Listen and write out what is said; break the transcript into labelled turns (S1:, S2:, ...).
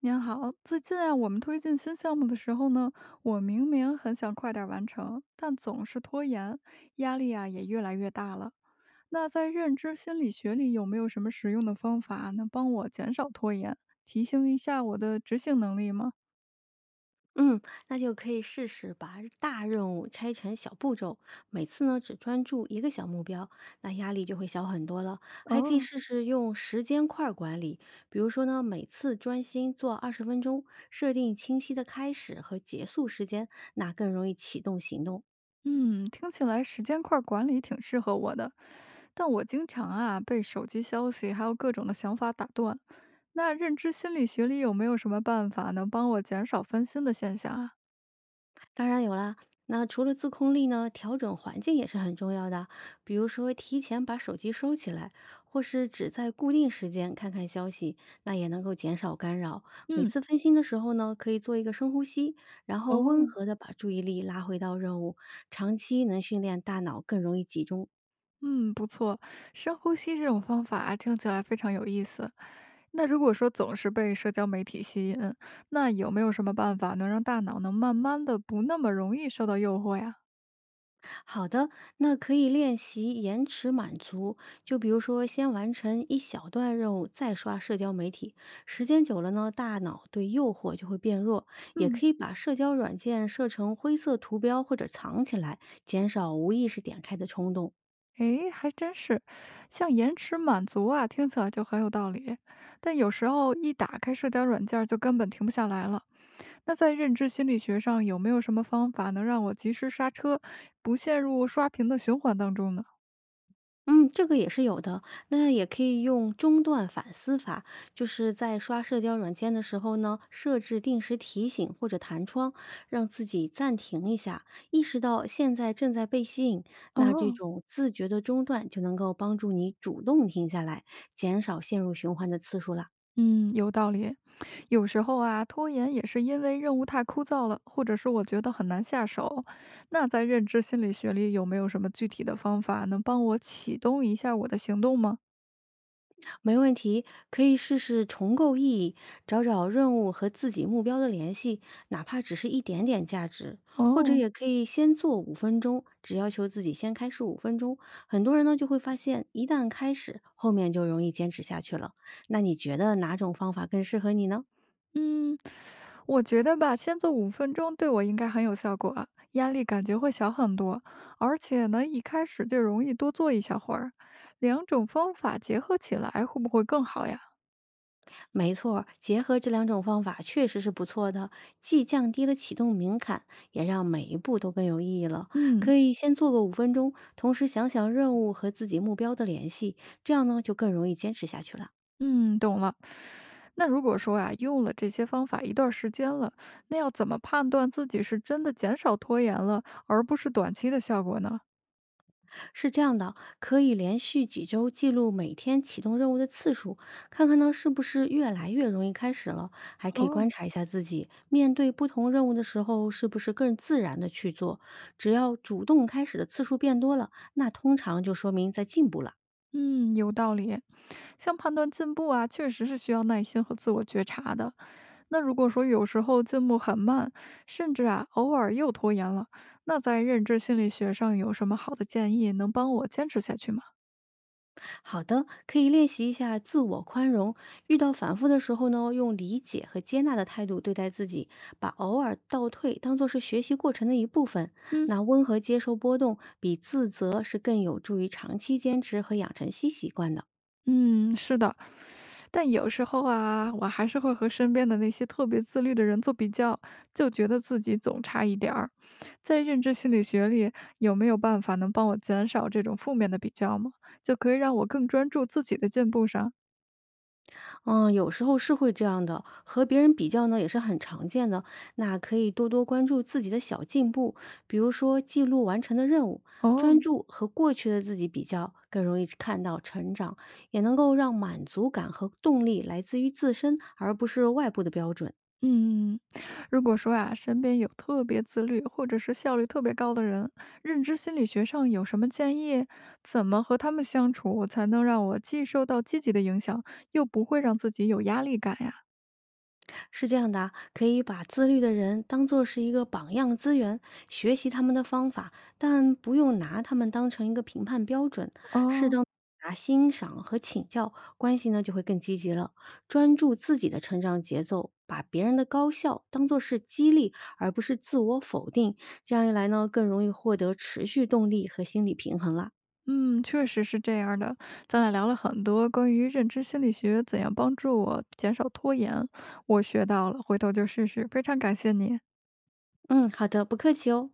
S1: 您好，最近啊，我们推进新项目的时候呢，我明明很想快点儿完成，但总是拖延，压力啊也越来越大了。那在认知心理学里，有没有什么实用的方法能帮我减少拖延，提升一下我的执行能力吗？
S2: 嗯，那就可以试试把大任务拆成小步骤，每次呢只专注一个小目标，那压力就会小很多了。还可以
S1: 哦，
S2: 试试用时间块儿管理，比如说呢，每次专心做20分钟，设定清晰的开始和结束时间，那更容易启动行动。
S1: 嗯，听起来时间块儿管理挺适合我的，但我经常啊被手机消息还有各种的想法打断。那认知心理学里有没有什么办法能帮我减少分心的现象啊？
S2: 当然有啦。那除了自控力呢，调整环境也是很重要的。比如说，提前把手机收起来，或是只在固定时间看看消息，那也能够减少干扰。每
S1: 嗯。
S2: 次分心的时候呢，可以做一个深呼吸，然后温
S1: 哦，
S2: 和的把注意力拉回到任务，长期能训练大脑更容易集中。
S1: 嗯，不错，深呼吸这种方法听起来非常有意思。那如果说总是被社交媒体吸引，那有没有什么办法能让大脑能慢慢的不那么容易受到诱惑呀？
S2: 好的，那可以练习延迟满足，就比如说先完成一小段任务，再刷社交媒体。时间久了呢，大脑对诱惑就会变弱。也
S1: 嗯，
S2: 可以把社交软件设成灰色图标或者藏起来，减少无意识点开的冲动。
S1: 诶，还真是，像延迟满足啊，听起来就很有道理，但有时候一打开社交软件儿就根本停不下来了。那在认知心理学上有没有什么方法能让我及时刹车，不陷入刷屏的循环当中呢？
S2: 嗯，这个也是有的。那也可以用中断反思法，就是在刷社交软件的时候呢，设置定时提醒或者弹窗，让自己暂停一下，意识到现在正在被吸引。那这
S1: 哦，
S2: 种自觉的中断就能够帮助你主动停下来，减少陷入循环的次数啦。
S1: 嗯，有道理。有时候啊，拖延也是因为任务太枯燥了，或者是我觉得很难下手。那在认知心理学里，有没有什么具体的方法能帮我启动一下我的行动吗？
S2: 没问题，可以试试重构意义，找找任务和自己目标的联系，哪怕只是一点点价值，或者
S1: 哦，
S2: 也可以先做五分钟，只要求自己先开始五分钟。很多人呢就会发现，一旦开始，后面就容易坚持下去了。那你觉得哪种方法更适合你呢？
S1: 嗯，我觉得吧，先做5分钟对我应该很有效果啊，压力感觉会小很多，而且呢，一开始就容易多做一小会儿。两种方法结合起来，会不会更好呀？
S2: 没错儿结合这两种方法确实是不错的，既降低了启动门槛，也让每一步都更有意义了。
S1: 嗯。
S2: 可以先做个五分钟，同时想想任务和自己目标的联系，这样呢就更容易坚持下去了。
S1: 嗯，懂了。那如果说啊，用了这些方法一段时间了，那要怎么判断自己是真的减少拖延了，而不是短期的效果呢？
S2: 是这样的，可以连续几周记录每天启动任务的次数，看看呢是不是越来越容易开始了。还可以
S1: 哦，
S2: 观察一下自己面对不同任务的时候，是不是更自然的去做。只要主动开始的次数变多了，那通常就说明在进步了。
S1: 嗯，有道理。像判断进步啊，确实是需要耐心和自我觉察的。那如果说有时候进步很慢，甚至啊偶尔又拖延了，那在认知心理学上有什么好的建议能帮我坚持下去吗？
S2: 好的，可以练习一下自我宽容。遇到反复的时候呢，用理解和接纳的态度对待自己，把偶尔倒退当做是学习过程的一部分。
S1: 嗯。
S2: 那温和接受波动，比自责是更有助于长期坚持和养成新习惯的。
S1: 嗯，是的，但有时候啊，我还是会和身边的那些特别自律的人做比较，就觉得自己总差一点儿。在认知心理学里，有没有办法能帮我减少这种负面的比较吗？就可以让我更专注自己的进步上。
S2: 嗯，有时候是会这样的，和别人比较呢也是很常见的。那可以多多关注自己的小进步，比如说记录完成的任务，专
S1: 哦，
S2: 注和过去的自己比较，更容易看到成长，也能够让满足感和动力来自于自身，而不是外部的标准。
S1: 嗯，如果说啊，身边有特别自律或者是效率特别高的人，认知心理学上有什么建议？怎么和他们相处才能让我既受到积极的影响，又不会让自己有压力感呀？
S2: 是这样的啊，可以把自律的人当做是一个榜样资源，学习他们的方法，但不用拿他们当成一个评判标准。
S1: 哦，
S2: 啊，欣赏和请教，关系呢就会更积极了。专注自己的成长节奏，把别人的高效当做是激励，而不是自我否定。这样一来呢，更容易获得持续动力和心理平衡啦。
S1: 嗯，确实是这样儿的。咱俩聊了很多关于认知心理学怎样帮助我减少拖延，我学到了，回头就试试。非常感谢你。
S2: 嗯，好的，不客气哦。